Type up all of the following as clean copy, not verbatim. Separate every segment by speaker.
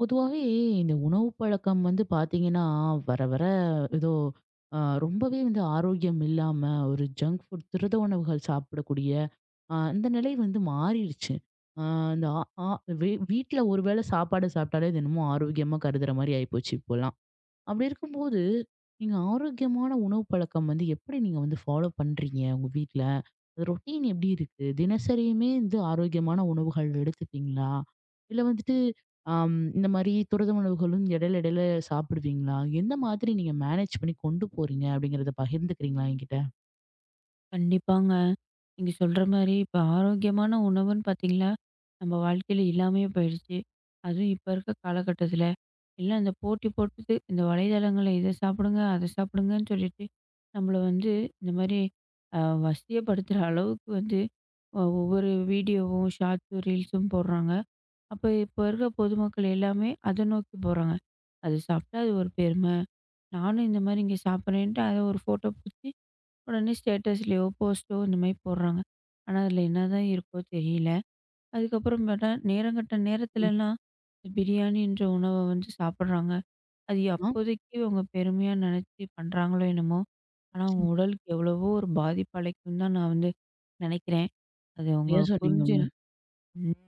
Speaker 1: பொதுவாவே இந்த உணவு பழக்கம் வந்து பாத்தீங்கன்னா, வர வர ஏதோ அ ரொம்பவே வந்து ஆரோக்கியம் இல்லாம, ஒரு ஜங்க் ஃபுட், துரித உணவுகள் சாப்பிடக்கூடிய அந்த நிலை வந்து மாறிருச்சு. அ இந்த ஆ ஆ வீ வீட்ல ஒரு வேளை சாப்பாடு சாப்பிட்டாலே, இது என்னமோ ஆரோக்கியமா கருதுற மாரி ஆயிப்போச்சு இப்போலாம். அப்படி இருக்கும்போது, நீங்க ஆரோக்கியமான உணவு பழக்கம் வந்து எப்படி நீங்க வந்து ஃபாலோ பண்றீங்க உங்க வீட்ல? ரொட்டீன் எப்படி இருக்கு? தினசரியுமே வந்து ஆரோக்கியமான உணவுகள் எடுத்துப்பீங்களா? இல்ல வந்துட்டு, இந்த மாரி துரித உணவுகளும் இடையில இடையில சாப்பிடுவீங்களா? எந்த மாதிரி நீங்க மேனேஜ் பண்ணி கொண்டு போறீங்க அப்படிங்கிறத பகிர்ந்துக்கிறீங்களா என்கிட்ட?
Speaker 2: கண்டிப்பாங்க. நீங்க சொல்ற மாரி இப்ப ஆரோக்கியமான உணவுன்னு பார்த்தீங்கன்னா, நம்ம வாழ்க்கையில இல்லாமயே போயிடுச்சு. அதுவும் இப்ப இருக்க காலகட்டத்தில, எல்லாம் இந்த போட்டி போட்டுட்டு இந்த வலைதளங்கள்ல இத சாப்பிடுங்க, அத சாப்பிடுங்கன்னு சொல்லிட்டு, நம்மள வந்து இந்த மாரி அ வசியப்படுத்துற அளவுக்கு வந்து ஒவ்வொரு வீடியோவும், ஷார்ட்ஸும், ரீல்ஸும் போடுறாங்க. அப்ப இப்ப இருக்க பொதுமக்கள் எல்லாமே அத நோக்கி போறாங்க. அது சாப்பிட்டா அது ஒரு பெருமை. நானும் இந்த மாரி இங்க சாப்பிட்றேன்ட்டு அத ஒரு ஃபோட்டோ புடிச்சு உடனே ஸ்டேட்டஸ்லயோ, போஸ்ட்டோ இந்த மாரி போடுறாங்க. ஆனா, அதில என்னதான் இருக்கோ தெரியல. அதுக்கப்புறம் பார்த்தா, நேரங்கட்ட நேரத்துலலாம் இந்த பிரியாணின்ற உணவ வந்து சாப்பிடுறாங்க. அது
Speaker 1: ஆ.
Speaker 2: அப்போதைக்கு அவங்க பெருமையா நெனச்சு பண்றாங்களோ என்னமோ! ஆனா, அவங்க
Speaker 1: நிச்சயமா.
Speaker 2: உடலுக்கு எவ்வளவோ ஒரு பாதிப்பு அளிக்கும்னு தான் நான் வந்து நெனைக்கிறேன். அது அவங்க
Speaker 1: சரியா
Speaker 2: புரிஞ்சு
Speaker 1: சொன்னீங்கங்க.
Speaker 2: ம்.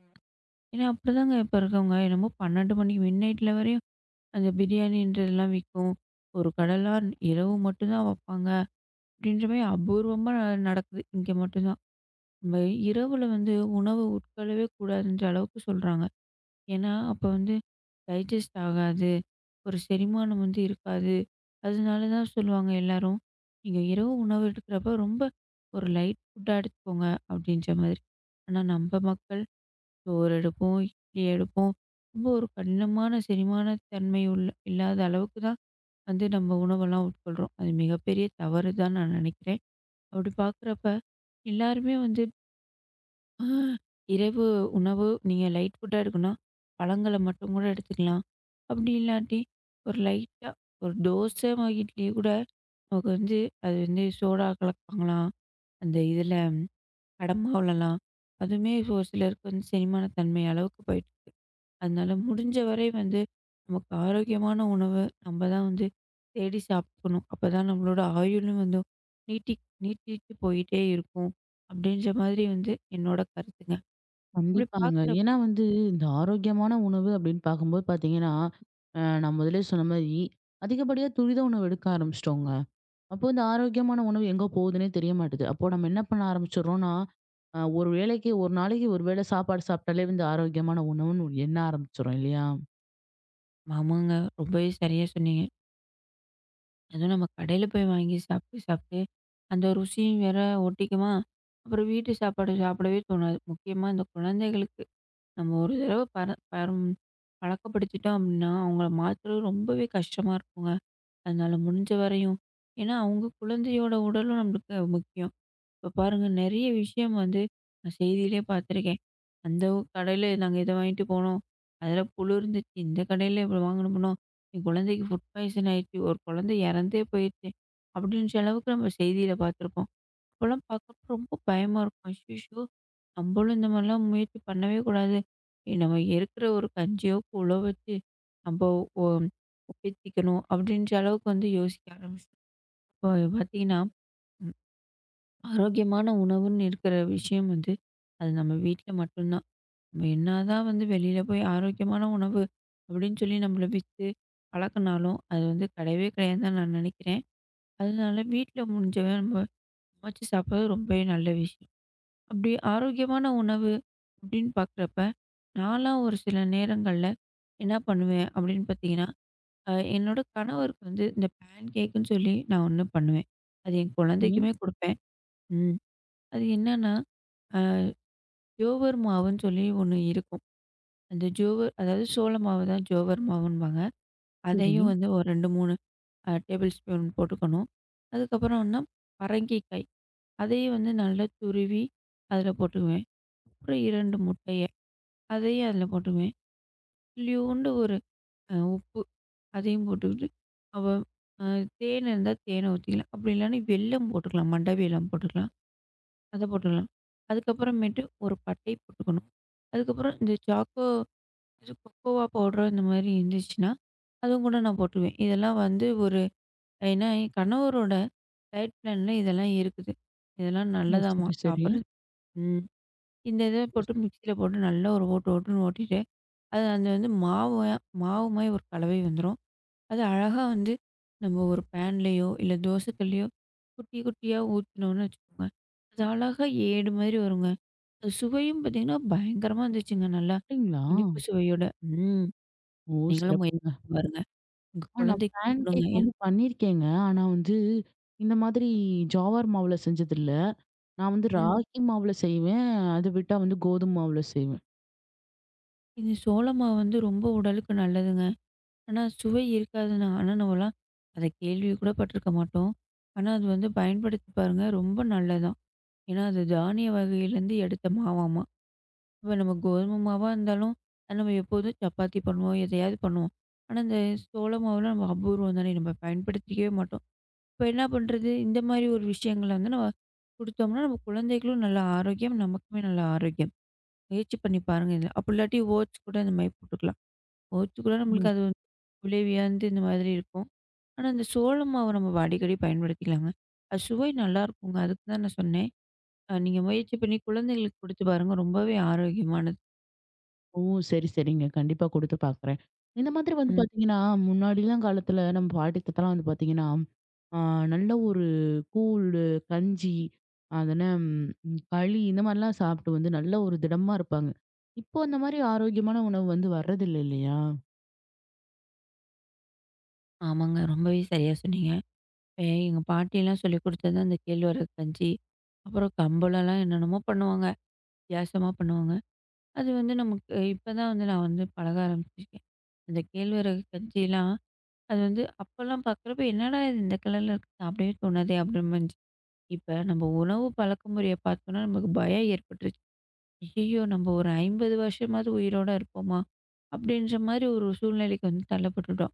Speaker 2: ஏன்னா, அப்படிதாங்க இப்ப இருக்கவங்க. என்னமோ 12 மணிக்கு மிட் நைட்ல வரையும் அந்த பிரியாணின்றதெல்லாம் விக்கும். ஒரு கடலாம் இரவு மட்டும் தான் வப்பாங்க. அப்படின்ற மாரி அபூர்வமா நடக்குது. இங்க மட்டும் தான். நம்ம இரவுல வந்து உணவு உட்கொள்ளவே கூடாதுன்ற அளவுக்கு சொல்றாங்க. ஏன்னா, அப்ப வந்து டைஜஸ்ட் ஆகாது. ஒரு செரிமானம் வந்து இருக்காது. அதனால தான் சொல்லுவாங்க எல்லாரும். நீங்க இரவு உணவு எடுக்கிறப்ப ரொம்ப ஒரு லைட் ஃபுட்டா எடுத்துக்கோங்க அப்படின்ற மாதிரி. ஆனா நம்ம மக்கள் சோறு எடுப்போம், இட்லி எடுப்போம். ரொம்ப ஒரு கடினமான செரிமான தன்மை உள்ள இல்லாத அளவுக்கு தான் வந்து நம்ம உணவெல்லாம் உட்கொள்றோம். அது மிகப்பெரிய தவறு தான் நான் நினைக்கிறேன். அப்படி பார்க்குறப்ப, எல்லாருமே வந்து "ஆ இரவு உணவு நீங்க லைட் ஃபுட்டா எடுக்கணும்னா, பழங்கள மட்டும் கூட எடுத்துக்கலாம்." அப்படி இல்லாட்டி, ஒரு லைட்டா ஒரு தோசை மாவு, இட்லி கூட நமக்கு வந்து அது வந்து சோடா கலப்பாங்களாம். அந்த இதில அடமாவுலலாம். அதுவுமே இப்போ ஒரு சிலருக்கு வந்து செரிமான தன்மை அளவுக்கு போயிட்டுருக்கு. அதனால முடிஞ்ச வரை வந்து நமக்கு ஆரோக்கியமான உணவு நம்ம தான் வந்து தேடி சாப்பிடணும். அப்பதான் நம்மளோட ஆயுளும் வந்து நீட்டி நீட்டிட்டு போயிட்டே இருக்கும். அப்படின்ற மாதிரி வந்து என்னோட கருத்துங்க. அப்படி
Speaker 1: கண்டிப்பாங்க.
Speaker 2: பார்க்குறப்ப
Speaker 1: ஏன்னா வந்து இந்த ஆரோக்கியமான உணவு அப்படின்னு பார்க்கும்போது பார்த்தீங்கன்னா, நான் முதலே சொன்ன மாரி அதிகப்படியா துரித உணவு எடுக்க ஆரம்பிச்சுட்டோங்க. அப்போ இந்த ஆரோக்கியமான உணவு எங்க போகுதுன்னே தெரிய மாட்டுது. அப்போ நம்ம என்ன பண்ண ஆரம்பிச்சுடுறோம்னா, ஒரு வேளைக்கு ஒரு நாளைக்கு ஒரு வேளை சாப்பாடு சாப்பிட்டாலே வந்து ஆரோக்கியமான உணவுன்னு ஒரு எண்ண ஆரம்பிச்சுடுறோம் இல்லையா?
Speaker 2: ஆமாங்க. ரொம்பவே சரியா சொன்னீங்க. அதுவும் நம்ம கடையில போய் வாங்கி சாப்பிட்டு சாப்பிட்டு அந்த ருசியும் வேற ஒட்டிக்குமா, அப்புறம் வீட்டு சாப்பாடு சாப்பிடவே தோணாது. முக்கியமா இந்த குழந்தைகளுக்கு நம்ம ஒரு தடவ பரம் பழக்கப்படுத்திட்டோம் அப்படின்னா, அவங்கள மாத்துறது ரொம்பவே கஷ்டமா இருக்குங்க. அதனால முடிஞ்ச வரையும் ஏன்னா, அவங்க குழந்தையோட உடலும் நம்மளுக்கு முக்கியம். இப்ப பாருங்க நெறைய விஷயம் வந்து நான் செய்தியிலே பார்த்துருக்கேன். அந்த கடையில நாங்க இத வாங்கிட்டு போனோம். அதில புழு இருந்துச்சு. இந்த கடையில இவ்வளோ வாங்கின்னு போனோம். என் குழந்தைக்கு ஃபுட் பாய்சன் ஆயிடுச்சு. ஒரு குழந்தை இறந்தே போயிடுச்சு. அப்படின்ற அளவுக்கு நம்ம செய்தியில பார்த்துருப்போம். அப்போலாம் பார்க்குறப்ப ரொம்ப பயமா இருக்கும். அச்சச்சோ! நம்மளும் இந்த மாதிரிலாம் முயற்சி பண்ணவே கூடாது. நம்ம இருக்கிற ஒரு கஞ்சியோ, கூழோ வச்சு நம்ம ஒ ஒப்பித்திக்கணும் அப்படின்ற அளவுக்கு வந்து யோசிக்க ஆரம்பிச்சோம். இப்போ பார்த்தீங்கன்னா ஆரோக்கியமான உணவுன்னு இருக்கிற விஷயம் வந்து, அது நம்ம வீட்ல மட்டும்தான். நம்ம என்னதான் வந்து வெளியில போய் ஆரோக்கியமான உணவு அப்படின்னு சொல்லி நம்மள வித்து பழக்குனாலும், அது வந்து கிடையவே கிடையாதுன்னு தான் நான் நினைக்கிறேன். அதனால வீட்ல முடிஞ்சவரை நம்ம சமைச்சு சாப்பிடுறது ரொம்பவே நல்ல விஷயம். அப்படி ஆரோக்கியமான உணவு அப்படின்னு பார்க்குறப்ப, நான்லாம் ஒரு சில நேரங்கள்ல என்ன பண்ணுவேன் அப்படின்னு பார்த்தீங்கன்னா, என்னோட கணவருக்கு வந்து இந்த பேன் கேக்குன்னு சொல்லி நான் ஒண்ணு பண்ணுவேன். அது என்
Speaker 1: சரி,
Speaker 2: குழந்தைக்குமே குடுப்பேன். ம். அது என்னன்னா, ஜோவர் மாவுன்னு சொல்லி ஒண்ணு இருக்கும். அந்த ஜோவர் அதாவது சோள மாவு தான் ஜோவர் மாவும்பாங்க.
Speaker 1: சரி.
Speaker 2: அதையும் வந்து ஒரு 2, 3 டேபிள் ஸ்பூன் போட்டுக்கணும். அதுக்கப்புறம்னா பரங்கிக்காய், அதையும் வந்து நல்லா துருவி அதில போட்டுக்குவேன். அப்புறம் 2 முட்டைய, அதையும் அதில போட்டுக்குவேன். துளியூண்டு ஒரு உப்பு, அதையும் போட்டுக்கிட்டு அவ அ தேன் இருந்தா தேனை ஊத்திக்கலாம். அப்படி இல்லன்னா வெல்லம் போட்டுக்கலாம். மண்ட வெல்லம் போட்டுக்கலாம். அத போட்டுக்கலாம். அதுக்கப்புறமேட்டு ஒரு பட்டை போட்டுக்கணும். அதுக்கப்புறம் இந்த சாக்கோ இது கொக்கோவா பவுடர் இந்த மாதிரி இருந்துச்சுன்னா, அதுவும் கூட நான் போட்டுருவேன். இதெல்லாம் வந்து ஒரு ஏன்னா என் கணவரோட டயட் பிளான்ல இதெல்லாம் இருக்குது. இதெல்லாம்
Speaker 1: ஓ!
Speaker 2: நல்லதாம்மா
Speaker 1: சரி, சரி.
Speaker 2: சாப்பிடுறது. ம். இந்த இத
Speaker 1: ஓ!
Speaker 2: போட்டு மிக்ஸியில போட்டு நல்லா ஒரு ஓட்டு ஓட்டுன்னு ஓட்டிட்டு, அது அந்த வந்து மாவு மாவு மாரி ஒரு கலவை வந்துரும். அது அழகா வந்து நம்ம ஒரு பேன்லயோ, இல்ல தோசை கல்லையோ குட்டி குட்டியா ஊத்துனோம்னு வச்சுக்கோங்க. அது அழகா ஏடு மாரி வருங்க. அது சுவையும் பார்த்தீங்கன்னா, பயங்கரமா இருந்துச்சுங்க நல்லா.
Speaker 1: சாப்பிட்டீங்களா?
Speaker 2: இனிப்பு சுவையோட. ம்.
Speaker 1: ஓ!
Speaker 2: நீங்களும் முயற்சி
Speaker 1: சிறப்புங்க.
Speaker 2: பண்ணி பாருங்க. உங்க
Speaker 1: ஆ, நான்
Speaker 2: குழந்தைக்கும்
Speaker 1: பேன்
Speaker 2: குடுங்க.
Speaker 1: கேக்
Speaker 2: ஏன்
Speaker 1: வந்து பண்ணியிருக்கேங்க. ஆனா வந்து இந்த மாதிரி ஜாவார் மாவுல செஞ்சதில்ல. நான் வந்து
Speaker 2: ம்.
Speaker 1: ராகி மாவுல செய்வேன். அத விட்டா வந்து கோதும மாவுல செய்வேன்.
Speaker 2: இது சோள மாவு வந்து ரொம்ப உடலுக்கு நல்லதுங்க. ஆனா சுவை இருக்காதுன்னா ஆனா நம்மலாம் அத கேள்வி கூட பட்டுருக்க மாட்டோம். ஆனா அது வந்து பயன்படுத்தி பாருங்க. ரொம்ப நல்லதாம். ஏன்னா அது தானிய வகையிலேருந்து எடுத்த மாவாமா. இப்ப நம்ம கோதுமை மாவா இருந்தாலும், அது நம்ம எப்போதும் சப்பாத்தி பண்ணுவோம், எதையாவது பண்ணுவோம். ஆனா இந்த சோள மாவுலாம் நம்ம அபூர்வம் தானே! நம்ம பயன்படுத்திக்கவே மாட்டோம். இப்ப என்ன பண்றது? இந்த மாரி ஒரு விஷயங்கள வந்து நம்ம குடுத்தோம்னா, நம்ம குழந்தைகளும் நல்ல ஆரோக்கியம், நமக்குமே நல்ல ஆரோக்கியம். முயற்சி பண்ணி பாருங்க இதில. அப்படி இல்லாட்டி ஓட்ஸ் கூட இந்த மாரி போட்டுக்கலாம். ஓட்ஸ் கூட நம்மளுக்கு அது வந்து உளவியாந்து இந்த மாதிரி இருக்கும். ஆனா, இந்த சோள மாவு நம்ம அடிக்கடி பயன்படுத்திக்கலாங்க. அது சுவை நல்லாருக்குங்க. அதுக்கு தான் நான் சொன்னேன். நீங்க முயற்சி பண்ணி குழந்தைகளுக்கு குடுத்து பாருங்க. ரொம்பவே ஆரோக்கியமானது.
Speaker 1: ஓ! சரி, சரிங்க. கண்டிப்பா குடுத்து பாக்குறேன். இந்த மாதிரி வந்து
Speaker 2: ம்.
Speaker 1: பாத்தீங்கன்னா, முன்னாடிலாம் காலத்துல நம்ம பாட்டி, தாத்தாலாம் வந்து பாத்தீங்கன்னா, ஆ, நல்ல ஒரு கூழு, கஞ்சி, அதன ம் களி இந்த மாரிலாம் சாப்ட்டு வந்து நல்ல ஒரு திடமா இருப்பாங்க. இப்போ அந்த மாரி ஆரோக்கியமான உணவு வந்து வர்றதில்ல இல்லையா?
Speaker 2: ஆமாங்க. ரொம்பவே சரியா சொன்னீங்க. எங்க பாட்டிலாம் சொல்லிக் குடுத்தது அந்த கேழ்வரகு கஞ்சி, அப்புறம் கம்பளம்லாம் என்னென்னமோ பண்ணுவாங்க. வித்தியாசமா பண்ணுவாங்க. அது வந்து நமக்கு இப்ப தான் வந்து நான் வந்து பழக ஆரம்பிச்சிருக்கேன். அந்த கேழ்வரகு கஞ்சிலாம் அது வந்து அப்பலாம் பார்க்குறப்ப, "என்னடா இது இந்த கலர்ல இருக்கு, சாப்பிடவே தோணாதே!" அப்படின்னு இருந்துச்சு. இப்ப நம்ம உணவு பழக்கமுறைய பார்த்தோன்னா, நமக்கு பயம் ஏற்பட்டுருச்சு. "ஐயய்யோ! நம்ம ஒரு 50 வருஷமாவது உயிரோட இருப்போமா?" அப்படின்ற மாரி ஒரு சூழ்நிலைக்கு வந்து தள்ளப்பட்டுட்டோம்.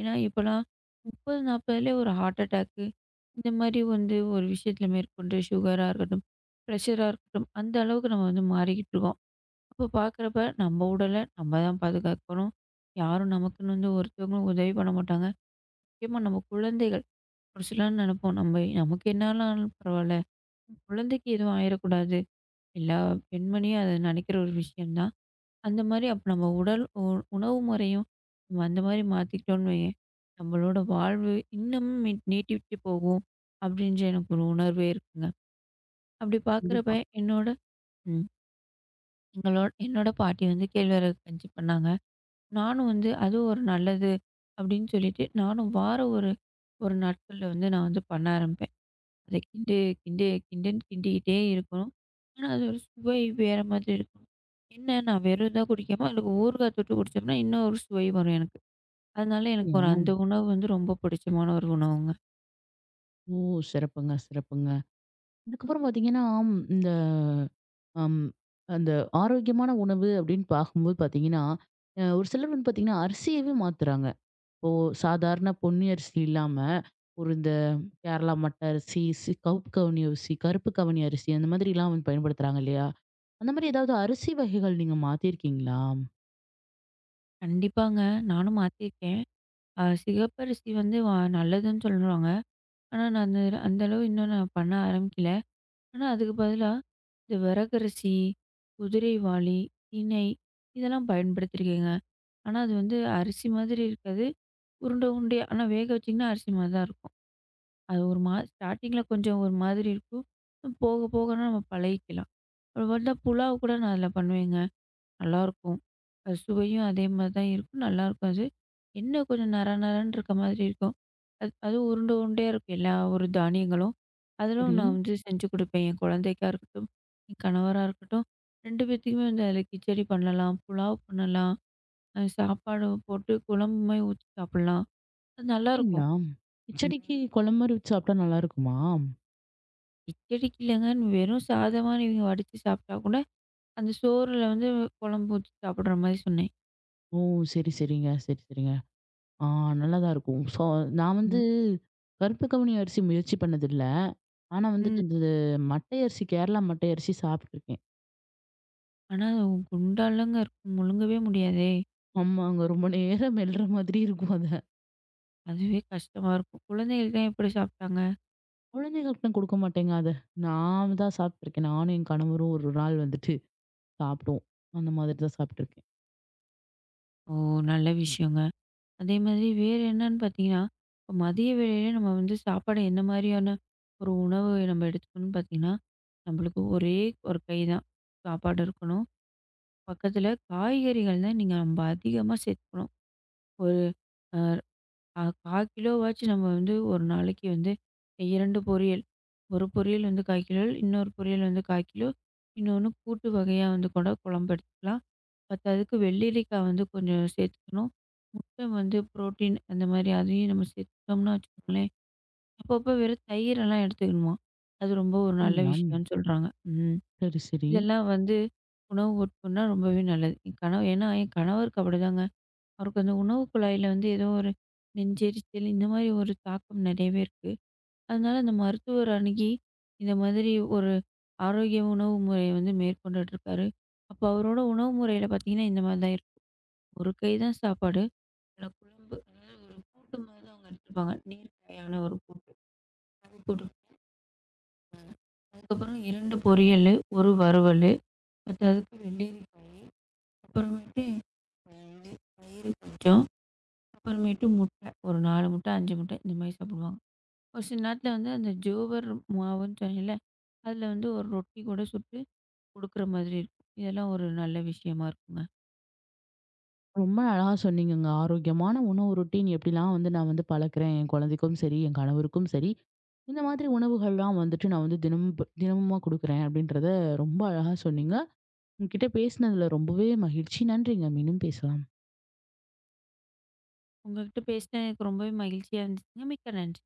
Speaker 2: ஏன்னா, இப்பலாம் 30, 40லயே ஒரு ஹார்ட் அட்டாக்கு, இந்த மாரி வந்து ஒரு விஷயத்துல மேற்கொண்டு சுகரா இருக்கட்டும், பிரஷரா இருக்கட்டும், அந்த அளவுக்கு நம்ம வந்து மாறிக்கிட்டு இருக்கோம். அப்ப பார்க்குறப்ப, நம்ம உடல நம்ம தான் பாதுகாக்கணும். யாரும் நமக்குன்னு வந்து ஒருத்தவங்களும் உதவி பண்ண மாட்டாங்க. முக்கியமா நம்ம குழந்தைகள். ஒரு சிலர் நெனைப்போம், நம்ம நமக்கு என்னானாலும் பரவால்ல. குழந்தைக்கு எதுவும் ஆயிறக்கூடாது. எல்லா பெண்மணியும் அத நெனைக்கிற ஒரு விஷயம் தான். அந்த மாரி அப்ப நம்ம உடல் உ உணவு முறையும் நம்ம அந்த மாரி மாத்திக்கிட்டோம்னு வையேன், நம்மளோட வாழ்வு இன்னமும் நீட்டித்து போகும். அப்படின்ற எனக்கு ஒரு உணர்வே இருக்குங்க. அப்படி பார்க்குறப்ப என்னோட ம். என்னோட பாட்டி வந்து கேழ்வரகு கஞ்சி பண்ணாங்க. நானும் வந்து அது ஒரு நல்லது அப்படின்னு சொல்லிட்டு, நானும் வாரம் ஒரு ஒரு நாட்கள்ல வந்து நான் வந்து பண்ண ஆரம்பிப்பேன். அத கிண்டு கிண்டு கிண்டுன்னு கிண்டிக்கிட்டே இருக்கணும். ஆனா, அது ஒரு சுவை வேற மாதிரி இருக்கும். என்ன நான் வெறும் இதான் குடிக்காம அதுக்கு ஊறுகாய் தொட்டு குடிச்சோம்னா, இன்னும் ஒரு சுவை வரும் எனக்கு. அதனால எனக்கு
Speaker 1: அப்படியா?
Speaker 2: ஒரு அந்த உணவு வந்து ரொம்ப பிடிச்சமான ஒரு உணவுங்க.
Speaker 1: ஓ! சிறப்புங்க, சிறப்புங்க. அதுக்கப்புறம் பாத்தீங்கன்னா, ம், இந்த அம் அந்த ஆரோக்கியமான உணவு அப்படின்னு பார்க்கும்போது பாத்தீங்கன்னா, ஒரு சிலர் வந்து பாத்தீங்கன்னா, அரிசியவே மாத்துறாங்க. ஓ! சாதாரண பொன்னி அரிசி இல்லாம, ஒரு இந்த கேரளா மட்ட அரிசி, கவுப்பு கவுனி அரிசி, கருப்பு கவுனி அரிசி அந்த மாதிரிலாம் வந்து பயன்படுத்துறாங்க இல்லையா? அந்த மாரி ஏதாவது அரிசி வகைகள் நீங்க மாத்தியிருக்கீங்களா?
Speaker 2: கண்டிப்பாங்க. நானும் மாத்திருக்கேன். சிகப்பரிசி வந்து நல்லதுன்னு சொல்றாங்க. ஆனா, நான் அந்த அந்த அளவு இன்னும் நான் பண்ண ஆரம்பிக்கல. ஆனா, அதுக்கு பதிலா இந்த விறகரிசி, குதிரைவாலி, திணை இதெல்லாம் பயன்படுத்தியிருக்கேங்க. ஆனா, அது வந்து அரிசி மாதிரி இருக்காது. உருண்டை உருண்டையா. ஆனா வேக வச்சீங்கன்னா அரிசி மாரி தான் இருக்கும். அது ஒரு ஸ்டார்ட்டிங்கில கொஞ்சம் ஒரு மாதிரி இருக்கும். போக போகனா நம்ம பழகிக்கலாம். அது பார்த்தா புலாவ் கூட நான் அதில பண்ணுவேங்க. நல்லாயிருக்கும். அது சுவையும் அதே மாரி தான் இருக்கும். நல்லாயிருக்கும் அது. என்ன கொஞ்சம் நற நறன்னு இருக்க மாதிரி இருக்கும். அது அதுவும் உருண்டை உருண்டையா இருக்கும் எல்லா ஒரு தானியங்களும். அதிலும்
Speaker 1: சரி.
Speaker 2: நான் வந்து செஞ்சு குடுப்பேன். என் குழந்தைக்கா இருக்கட்டும், என் கணவரா இருக்கட்டும். 2 பேத்துக்குமே வந்து அதில கிச்சடி பண்ணலாம், புலாவ் பண்ணலாம், சாப்பாடு போட்டு குழம்பு மாரி ஊத்தி சாப்பிடலாம். அது நல்லாயிருக்கும்.
Speaker 1: அப்படிங்களா? கிச்சடிக்கு குழம்பு மாரி வச்சு சாப்பிட்டா நல்லாருக்குமா?
Speaker 2: கிச்சடிக்கு இல்லங்க. வெறும் சாதமா நீங்க வடிச்சு சாப்பிட்டா கூட, அந்த சோறுல வந்து குழம்பு ஊத்தி சாப்பிடுற மாரி சொன்னேன்.
Speaker 1: ஓ! சரி, சரிங்க. சரி, சரிங்க. ஆ, நல்லா தான் இருக்கும். ஸோ, நான் வந்து
Speaker 2: ம்.
Speaker 1: கருப்பு கவுனி அரிசி முயற்சி பண்ணதில்ல. ஆனா வந்துட்டு
Speaker 2: ம்.
Speaker 1: இந்த மட்டை அரிசி கேரளா மட்டை அரிசி சாப்பிட்டுருக்கேன்.
Speaker 2: ஆனா குண்டாலங்க இருக்கும். முழுங்கவே முடியாதே!
Speaker 1: ஆமாங்க. ரொம்ப நேரம் மெல்ற மாதிரி இருக்கும் அது.
Speaker 2: அதுவே கஷ்டமா இருக்கும். குழந்தைகளுக்குலாம் எப்படி சாப்பிட்டாங்க?
Speaker 1: குழந்தைகளுக்குலாம் குடுக்க மாட்டேங்க அத. நான் தான் சாப்ட்டுருக்கேன். நானும் என் கணவரும் ஒரு நாள் வந்துட்டு சாப்ட்டோம். அந்த மாதிரி தான் சாப்ட்டுருக்கேன்.
Speaker 2: ஓ! நல்ல விஷயங்க. அதே மாதிரி வேறு என்னன்னு பார்த்தீங்கன்னா, இப்ப மதிய வேளையில நம்ம வந்து சாப்பாடு என்ன மாரியான ஒரு உணவு நம்ம எடுத்துக்கணும்னு பார்த்தீங்கன்னா, நம்மளுக்கு ஒரே ஒரு கை தான் சாப்பாடு இருக்கணும். பக்கத்தில காய்கறிகள் தான் நீங்க நம்ம அதிகமா சேர்த்துக்கணும். ஒரு அ அ 1/4 கிலோவாச்சும் நம்ம வந்து ஒரு நாளைக்கு வந்து 2 பொரியல். ஒரு பொரியல் வந்து 1/4 கிலோ, இன்னொரு பொரியல் வந்து 1/4 கிலோ, இன்னொன்னு கூட்டு வகையா வந்து கூட குழம்பு எடுத்துக்கலாம். பத்தாததுக்கு வெள்ளரிக்காய் வந்து கொஞ்சம் சேர்த்துக்கணும். முட்டை வந்து புரோட்டீன் அந்த மாதிரி அதையும் நம்ம சேர்த்துட்டோம்னா வச்சுக்கோங்களேன், அப்பப்போ வெறும் தயிரெல்லாம் எடுத்துக்கணுமா. அது ரொம்ப ஒரு நல்ல
Speaker 1: அப்டிங்களா?
Speaker 2: விஷயம்னு சொல்றாங்க. ம்.
Speaker 1: சரி, சரி.
Speaker 2: இதெல்லாம் வந்து உணவு உட்கொண்டா ரொம்பவே நல்லது. என் கணவர் ஏன்னா என் கணவருக்கு அப்படிதாங்க. அவருக்கு அந்த உணவு குழாயில வந்து ஏதோ ஒரு நெஞ்செரிச்சல் இந்த மாதிரி ஒரு தாக்கம் நிறையவே இருக்கு. அதனால அந்த மருத்துவர் அணுகி இந்த மாதிரி ஒரு ஆரோக்கிய உணவு முறைய வந்து மேற்கொண்டுட்டு இருக்காரு. அப்போ அவரோட உணவு முறையில பார்த்தீங்கன்னா, இந்த மாதிரி தான் இருக்கும். ஒரு கை தான் சாப்பாடு. ஆனா குழம்பு அதாவது ஒரு கூட்டு மாதிரி தான் அவங்க எடுத்துப்பாங்க. நீர்க்காயான ஒரு கூட்டு. அது போட்டுருப்பாங்க. அதுக்கப்புறம் 2 பொரியலு, 1 வறுவலு, மத்ததுக்கு வெள்ளரிக்காய், அப்புறமேட்டு பயிறு, கொஞ்சம் அப்புறமேட்டு முட்டை. ஒரு 4 முட்டை, 5 முட்டை இந்த மாரி சாப்பிடுவாங்க. ஒரு சில நேரத்தில வந்து அந்த ஜோவர் மாவுன்னு சொன்னேன்ல, அதில வந்து ஒரு ரொட்டி கூட சுட்டு குடுக்குற மாதிரி இருக்கும். இதெல்லாம் ஒரு நல்ல விஷயமா இருக்குங்க.
Speaker 1: ரொம்ப அழகா சொன்னீங்கங்க. ஆரோக்கியமான உணவு ரொட்டீன் எப்டிலாம் வந்து நான் வந்து பழக்குறேன். என் குழந்தைக்கும் சரி, என் கணவருக்கும் சரி. இந்த மாதிரி உணவுகள்லாம் வந்துட்டு நான் வந்து தினமும் தினமுமா குடுக்குறேன் அப்டின்றத ரொம்ப அழகா சொன்னீங்க. உங்ககிட்ட பேசினதுல ரொம்பவே மகிழ்ச்சி. நன்றிங்க. மீண்டும் பேசலாம்.
Speaker 2: உங்ககிட்ட பேசினது எனக்கு ரொம்பவே மகிழ்ச்சியா இருந்துச்சுங்க. மிக்க நன்றி.